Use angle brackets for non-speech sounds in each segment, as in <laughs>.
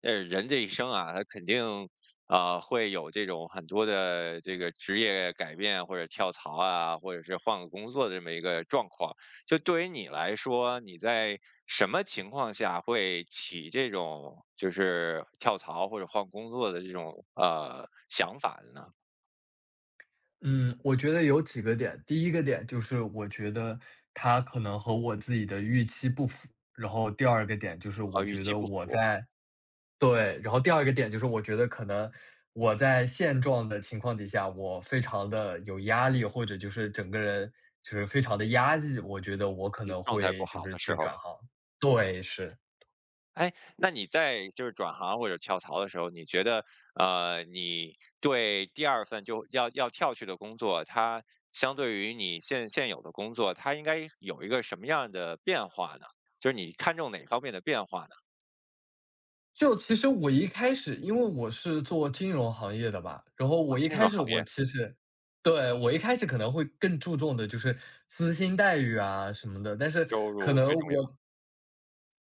人这一生啊，他肯定会有这种很多的这个职业改变或者跳槽啊，或者是换个工作的这么一个状况。就对于你来说，你在什么情况下会起这种就是跳槽或者换工作的这种想法的呢？嗯，我觉得有几个点。第一个点就是我觉得他可能和我自己的预期不符，然后第二个点就是啊，我与觉其得不我符，在对，然后第二个点就是我觉得可能我在现状的情况底下，我非常的有压力，或者就是整个人就是非常的压抑，我觉得我可就能状态不会就好是的时去候。转行。对，是。哎，那你在就是转行或者跳槽的时候，你觉得你对第二份就要跳去的工作，它相对于你现有的工作，它应该有一个什么样的变化呢？就是你看重哪方面的变化呢？就其实我一开始因为我是做金融行业的吧，然后啊，我一金开融始行我业其实对，我一开始可能会更注重的就是资薪待遇啊什么的，但是收可入能最重要。我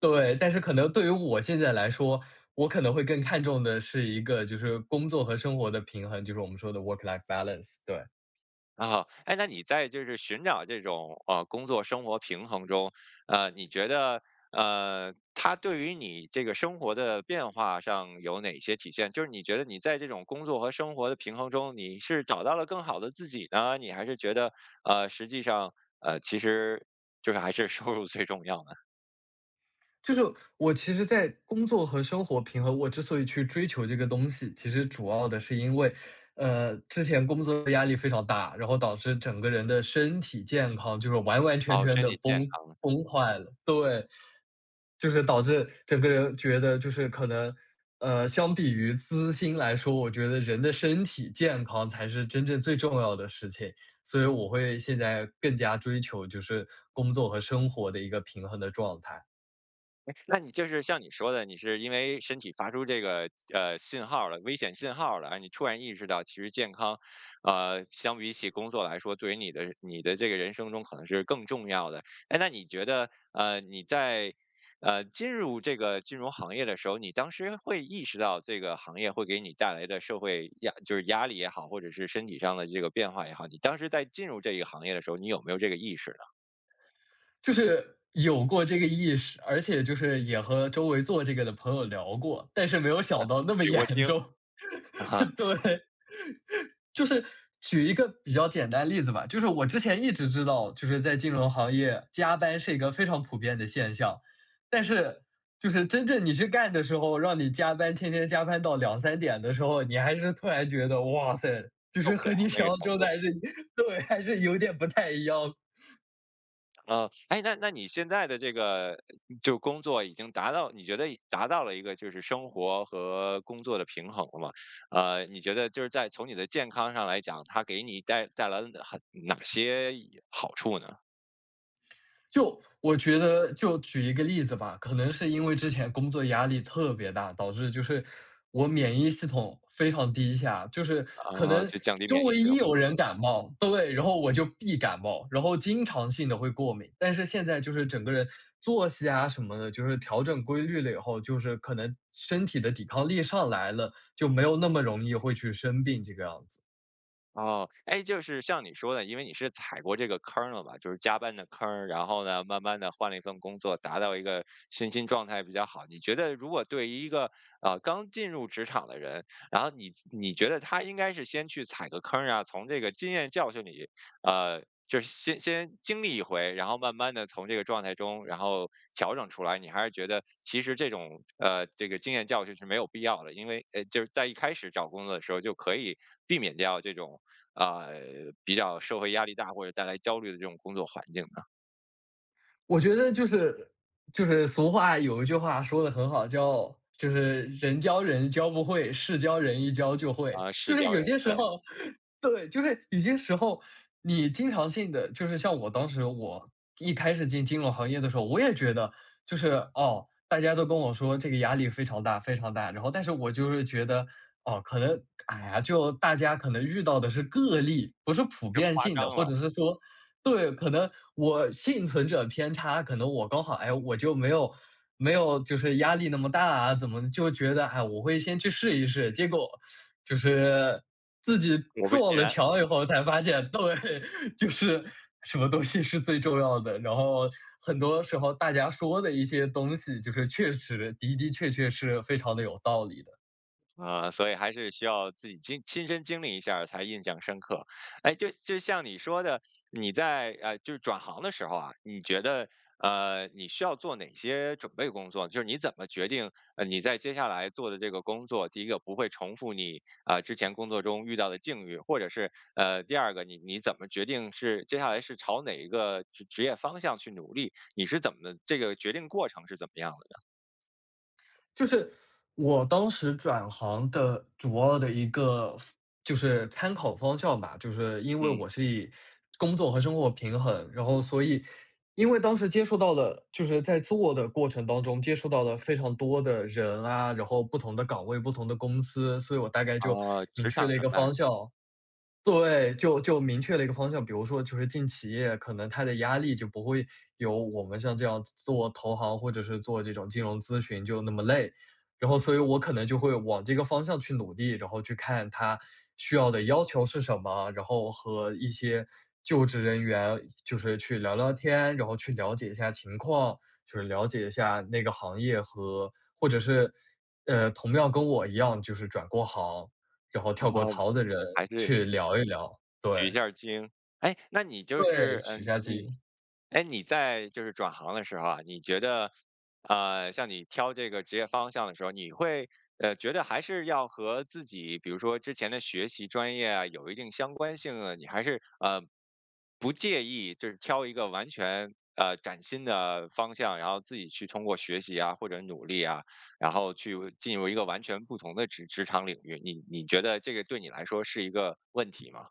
对，但是可能对于我现在来说，我可能会更看重的是一个就是工作和生活的平衡，就是我们说的 work life balance，对。啊，哎，那你在就是寻找这种工作生活平衡中，你觉得它对于你这个生活的变化上有哪些体现？就是你觉得你在这种工作和生活的平衡中，你是找到了更好的自己呢，你还是觉得实际上其实就是还是收入最重要呢？<laughs> 就是我其实，在工作和生活平衡，我之所以去追求这个东西，其实主要的是因为，之前工作压力非常大，然后导致整个人的身体健康就是完完全哦，全身的体健崩康。崩坏了。对，就是导致整个人觉得就是可能，相比于资薪来说，我觉得人的身体健康才是真正最重要的事情。所以我会现在更加追求就是工作和生活的一个平衡的状态。那你就是像你说的，你是因为身体发出这个信号了，危险信号了，啊，你突然意识到，其实健康，相比起工作来说，对于你的这个人生中可能是更重要的。哎，那你觉得，你在进入这个金融行业的时候，你当时会意识到这个行业会给你带来的社会压，就是压力也好，或者是身体上的这个变化也好，你当时在进入这个行业的时候，你有没有这个意识呢？就是有过这个意识，而且就是也和周围做这个的朋友聊过，但是没有想到那么举过严经重。啊，<laughs> <laughs> 对，就是举一个比较简单例子吧，就是我之前一直知道，就是在金融行业加班是一个非常普遍的现象，但是就是真正你去干的时候，让你加班，天天加班到两三点的时候，你还是突然觉得，哇塞，就受是不了和你那想个象程中的度。还是 <laughs> 对，还是有点不太一样。哎，那你现在的这个就工作已经达到，你觉得已达到了一个就是生活和工作的平衡了吗？你觉得就是在从你的健康上来讲，它给你带来了哪些好处呢？就我觉得，就举一个例子吧，可能是因为之前工作压力特别大，导致就是我免疫系统非常低下，就是可能就降低周免疫围系一统。有人感冒，对，然后我就必感冒，然后经常性的会过敏。但是现在就是整个人作息啊什么的，就是调整规律了以后，就是可能身体的抵抗力上来了，就没有那么容易会去生病这个样子。哦，哎，就是像你说的，因为你是踩过这个坑儿了吧，就是加班的坑儿，然后呢，慢慢的换了一份工作，达到一个身心状态比较好。你觉得如果对于一个刚进入职场的人，然后你觉得他应该是先去踩个坑儿啊，从这个经验教训里，就是先经历一回，然后慢慢的从这个状态中，然后调整出来。你还是觉得其实这种这个经验教训是没有必要的，因为就是在一开始找工作的时候就可以避免掉这种啊，比较社会压力大或者带来焦虑的这种工作环境呢？我觉得就是就是俗话有一句话说的很好，叫就是“人教人教不会，事教人一教就会”。啊，就是是教人，有些对，时候 <laughs> 对，就是有些时候你经常性的，就是像我当时我一开始进金融行业的时候，我也觉得就是，哦，大家都跟我说这个压力非常大非常大，然后但是我就是觉得，哦，可能，哎呀，就大家可能遇到的是个例，不是普就遍夸性的，张或了，者是说对，可能我幸存者偏差，可能我刚好，哎，我就没有就是压力那么大啊，怎么就觉得，哎，我会先去试一试，结果就是自己果不其撞了然。墙以后才发现，对，<laughs> 就是什么东西是最重要的。然后很多时候大家说的一些东西，就是确实的的确确是非常的有道理的。啊，所以还是需要自己亲身经历一下儿才印象深刻。哎，就像你说的，你在就是转行的时候啊，你觉得你需要做哪些准备工作？就是你怎么决定你在接下来做的这个工作，第一个不会重复你之前工作中遇到的境遇，或者是第二个你怎么决定是接下来是朝哪一个职业方向去努力？你是怎么的这个决定过程是怎么样的就是我当时转行的主要的一个就是参考方向吧，就是因呢？为嗯，我是以工作和生活平衡，然后所以因为当时接触到了，就是在做的过程当中接触到了非常多的人啊，然后不同的岗位、不同的公司，所以我大概就哦，明职场确了一人个脉，方向。对，就明确了一个方向，比如说就是进企业，可能它的压力就不会有我们像这样做投行或者是做这种金融咨询就那么累，然后所以我可能就会往这个方向去努力，然后去看它需要的要求是什么，然后和一些就职人员就是去聊聊天，然后去了解一下情况，就是了解一下那个行业和或者是同样跟我一样就是转过行。然后跳过 <laughs> 槽的人还是去聊一聊。取对，一下儿经。哎，那你就对，是取下机。你在就是转行的时候啊，你觉得，像你挑这个职业方向的时候，你会觉得还是要和自己，比如说之前的学习专业啊，有一定相关性啊，你还是不介意，就是挑一个完全崭新的方向，然后自己去通过学习啊或者努力啊，然后去进入一个完全不同的职场领域，你觉得这个对你来说是一个问题吗？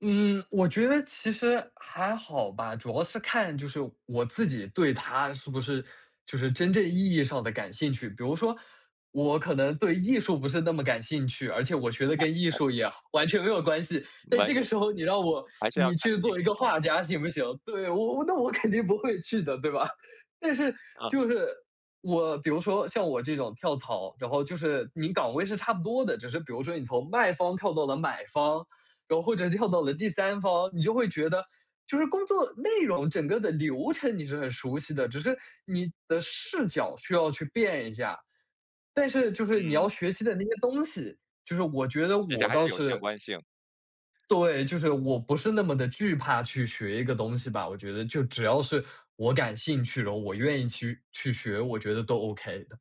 嗯，我觉得其实还好吧，主要是看就是我自己对它是不是就是真正意义上的感兴趣。比如说，我可能对艺术不是那么感兴趣，而且我学的跟艺术也完全没有关系。但完这全。个时候你让我还是要你看去自己喜做一个好，画家行不行？对，我那我肯定不会去的，对吧？<laughs> 但是嗯就是我，比如说像我这种跳槽，然后就是你岗位是差不多的，只是比如说你从卖方跳到了买方，然后或者跳到了第三方，你就会觉得，就是工作内容整个的流程你是很熟悉的，只是你的视角需要去变一下。但是就是你要嗯，学习的那些东西，就是我觉得而且我还是倒有相是关性。对，就是我不是那么的惧怕去学一个东西吧，我觉得就只要是我感兴趣，然后我愿意去学，我觉得都 OK 的。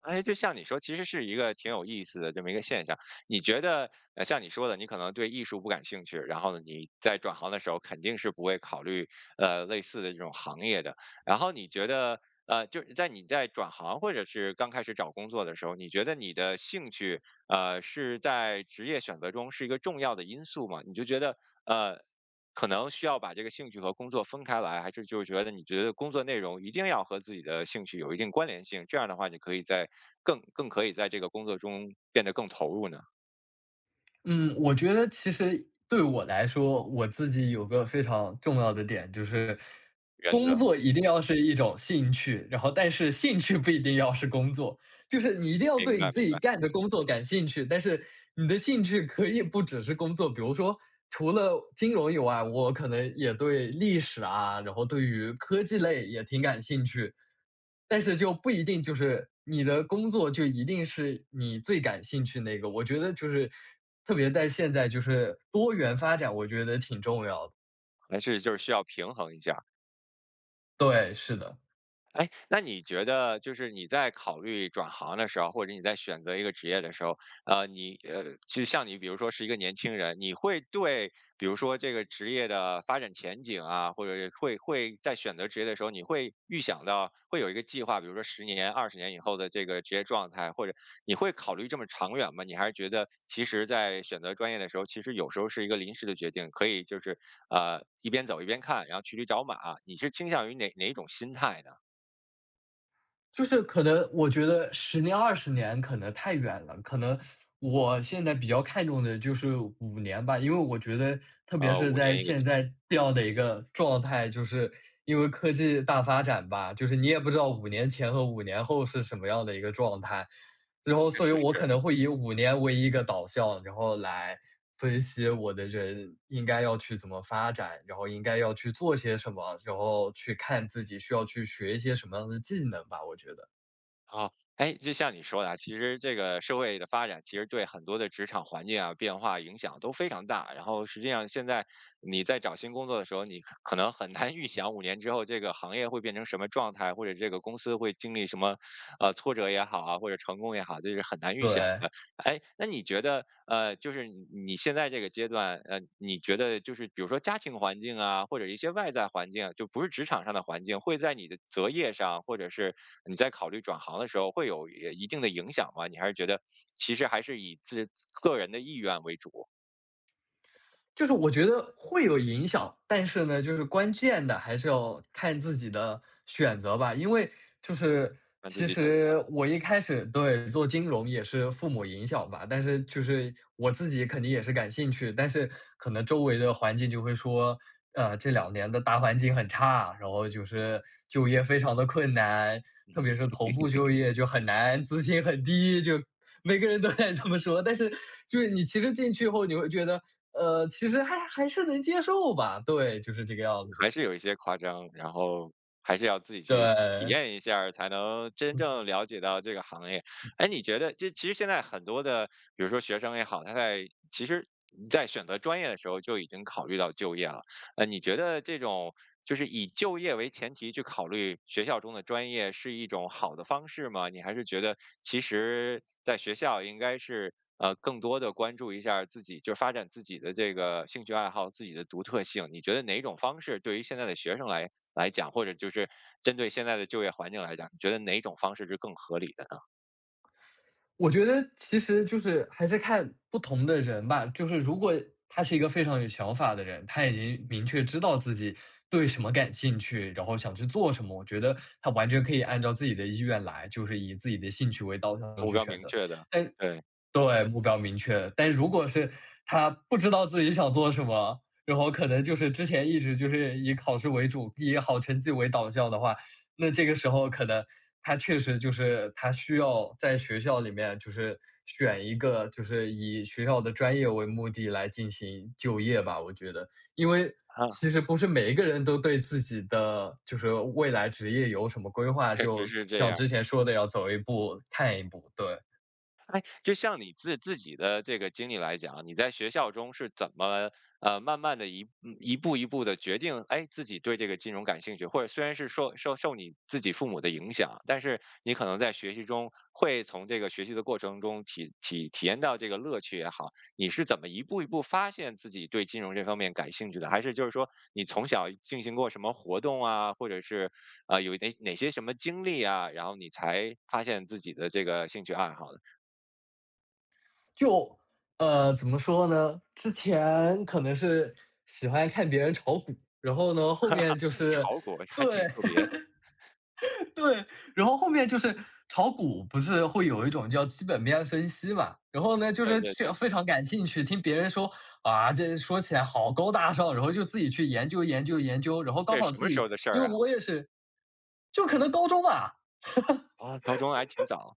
哎，就像你说，其实是一个挺有意思的这么一个现象。你觉得，像你说的，你可能对艺术不感兴趣，然后呢，你在转行的时候肯定是不会考虑类似的这种行业的。然后你觉得，就是你在转行或者是刚开始找工作的时候，你觉得你的兴趣，是在职业选择中是一个重要的因素吗？你就觉得，呃。可能需要把这个兴趣和工作分开来，还是就是觉得你觉得工作内容一定要和自己的兴趣有一定关联性，这样的话你可以在更可以在这个工作中变得更投入呢？嗯，我觉得其实对我来说，我自己有个非常重要的点，就是原工则，作一定要是一种兴趣，然后但是兴趣不一定要是工作。就是你一定要明对你白自明己白，干的工作感兴趣，但是你的兴趣可以不只是工作。比如说，除了金融以外，我可能也对历史啊，然后对于科技类也挺感兴趣，但是就不一定就是你的工作就一定是你最感兴趣那个。我觉得就是特别在现在，就是多元发展，我觉得挺重要的。还是就是需要平衡一下。对，是的。哎，那你觉得就是你在考虑转行的时候，或者你在选择一个职业的时候，你就像你比如说是一个年轻人，你会对比如说这个职业的发展前景啊，或者会在选择职业的时候，你会预想到会有一个计划，比如说十年、20年以后的这个职业状态，或者你会考虑这么长远吗？你还是觉得其实在选择专业的时候，其实有时候是一个临时的决定，可以就是一边走一边看，然后骑驴找马啊，你是倾向于哪一种心态呢？就是可能我觉得十年、二十年可能太远了，可能我现在比较看重的就是五年吧。因为我觉得特别是五在年一个现期，在这样的一个状态，就是因为科技大发展吧，就是你也不知道五年前和五年后是什么样的一个状态。之后，确所以实我可能是。会以五年为一个导向，然后来分析我的人应该要去怎么发展，然后应该要去做些什么，然后去看自己需要去学一些什么样的技能吧，我觉得，啊，哎，就像你说的啊，其实这个社会的发展，其实对很多的职场环境啊，变化影响都非常大。然后实际上现在你在找新工作的时候，你可能很难 <laughs> 预想5年之后这个行业会变成什么状态，或者这个公司会经历什么，挫折也好啊，或者成功也好，这是很难预想对。的。哎，那你觉得就是你现在这个阶段，你觉得就是比如说家庭环境啊，或者一些外在环境，就不是职场上的环境，会在你的择业上，或者是你在考虑转行的时候，会有一定的影响吗？你还是觉得其实还是以个人的意愿为主，就是我觉得会有影响，但是呢，就是关键的还是要看自己的选择吧。因为就是让自其己选择？实我一开始对做金融也是父母影响吧，但是就是我自己肯定也是感兴趣，但是可能周围的环境就会说，这两年的大环境很差，然后就是就业非常的困难，特别是头部就业就很难，资金很低，就每个人都在这么说，但是就是你其实进去后，你会觉得，其实还是能接受吧，对，就是这个样子。还是有一些夸张，然后还是要自己去体对，验一下儿，才能真正了解到这个行业。哎，你觉得这其实现在很多的，比如说学生也好，他在其实在选择专业的时候就已经考虑到就业了。你觉得这种就是以就业为前提去考虑学校中的专业是一种好的方式吗？你还是觉得其实在学校应该是更多的关注一下儿自己，就发展自己的这个兴趣爱好、自己的独特性？你觉得哪种方式对于现在的学生来讲，或者就是针对现在的就业环境来讲，你觉得哪种方式是更合理的呢？我觉得其实就是还是看不同的人吧，就是如果他是一个非常有想法的人，他已经明确知道自己对什么感兴趣，然后想去做什么，我觉得他完全可以按照自己的意愿来，就是以自己的兴趣为导向目去标选明择。确的，但对，对，目标明确。但如果是他不知道自己想做什么，然后可能就是之前一直就是以考试为主，以好成绩为导向的话，那这个时候可能他确实就是他需要在学校里面就是选一个就是以学校的专业为目的来进行就业吧，我觉得。因为啊，其实不是每一个人都对自己的就是未来职业有什么规划，确实就是这像样。之前说的要走一步看一步，对。就像你自己的这个经历来讲啊，你在学校中是怎么慢慢的一步一步的决定，哎，自己对这个金融感兴趣，或者虽然是受你自己父母的影响，但是你可能在学习中会从这个学习的过程中体验到这个乐趣也好，你是怎么一步一步发现自己对金融这方面感兴趣的？还是就是说你从小进行过什么活动啊，或者是有哪些什么经历啊，然后你才发现自己的这个兴趣爱好？就怎么说呢？之前可能是喜欢看别人炒股，然后呢，后面就是炒股还挺对 特别，<laughs> 对，然后后面就是炒股不是会有一种叫基本面分析嘛？然后呢，就对是对这对，非常感兴趣，听别人说啊，这说起来好高大上，然后就自己去研究研究研究，然后刚这是好什自么时己，候的事因儿为啊？我也是，就可能高中吧，啊，高中还挺早。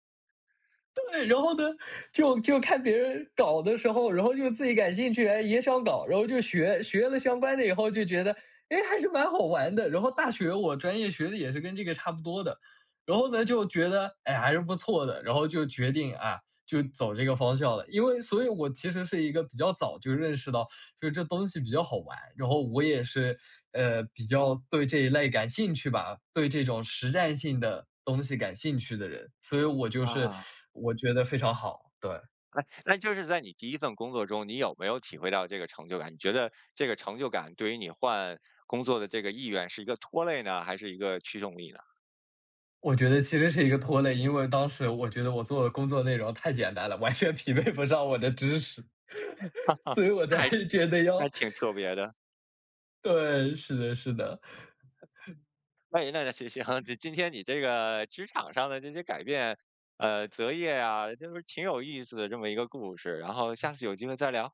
对，然后呢，就看别人搞的时候，然后就自己感兴趣，哎，也想搞，然后就学学了相关的以后，就觉得，哎，还是蛮好玩的。然后大学我专业学的也是跟这个差不多的，然后呢，就觉得，哎，还是不错的，然后就决定啊，就走这个方向了。因为所以我其实是一个比较早就认识到，就是这东西比较好玩，然后我也是，比较对这一类感兴趣吧，对这种实战性的东西感兴趣的人，所以我就是啊，我觉得非常好，对。哎，那就是在你第一份工作中，你有没有体会到这个成就感？你觉得这个成就感对于你换工作的这个意愿是一个拖累呢，还是一个驱动力呢？我觉得其实是一个拖累，因为当时我觉得我做的工作内容太简单了，完全匹配不上我的知识，<laughs> <laughs> 所以我那才还觉得那还要挺特别的。对，是的，是的。那行行，这今天你这个职场上的这些改变，择业啊，就是挺有意思的这么一个故事，然后下次有机会再聊。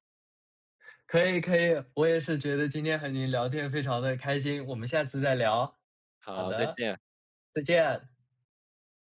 可以可以，我也是觉得今天和您聊天非常的开心，我们下次再聊。好好，再的，见。再见。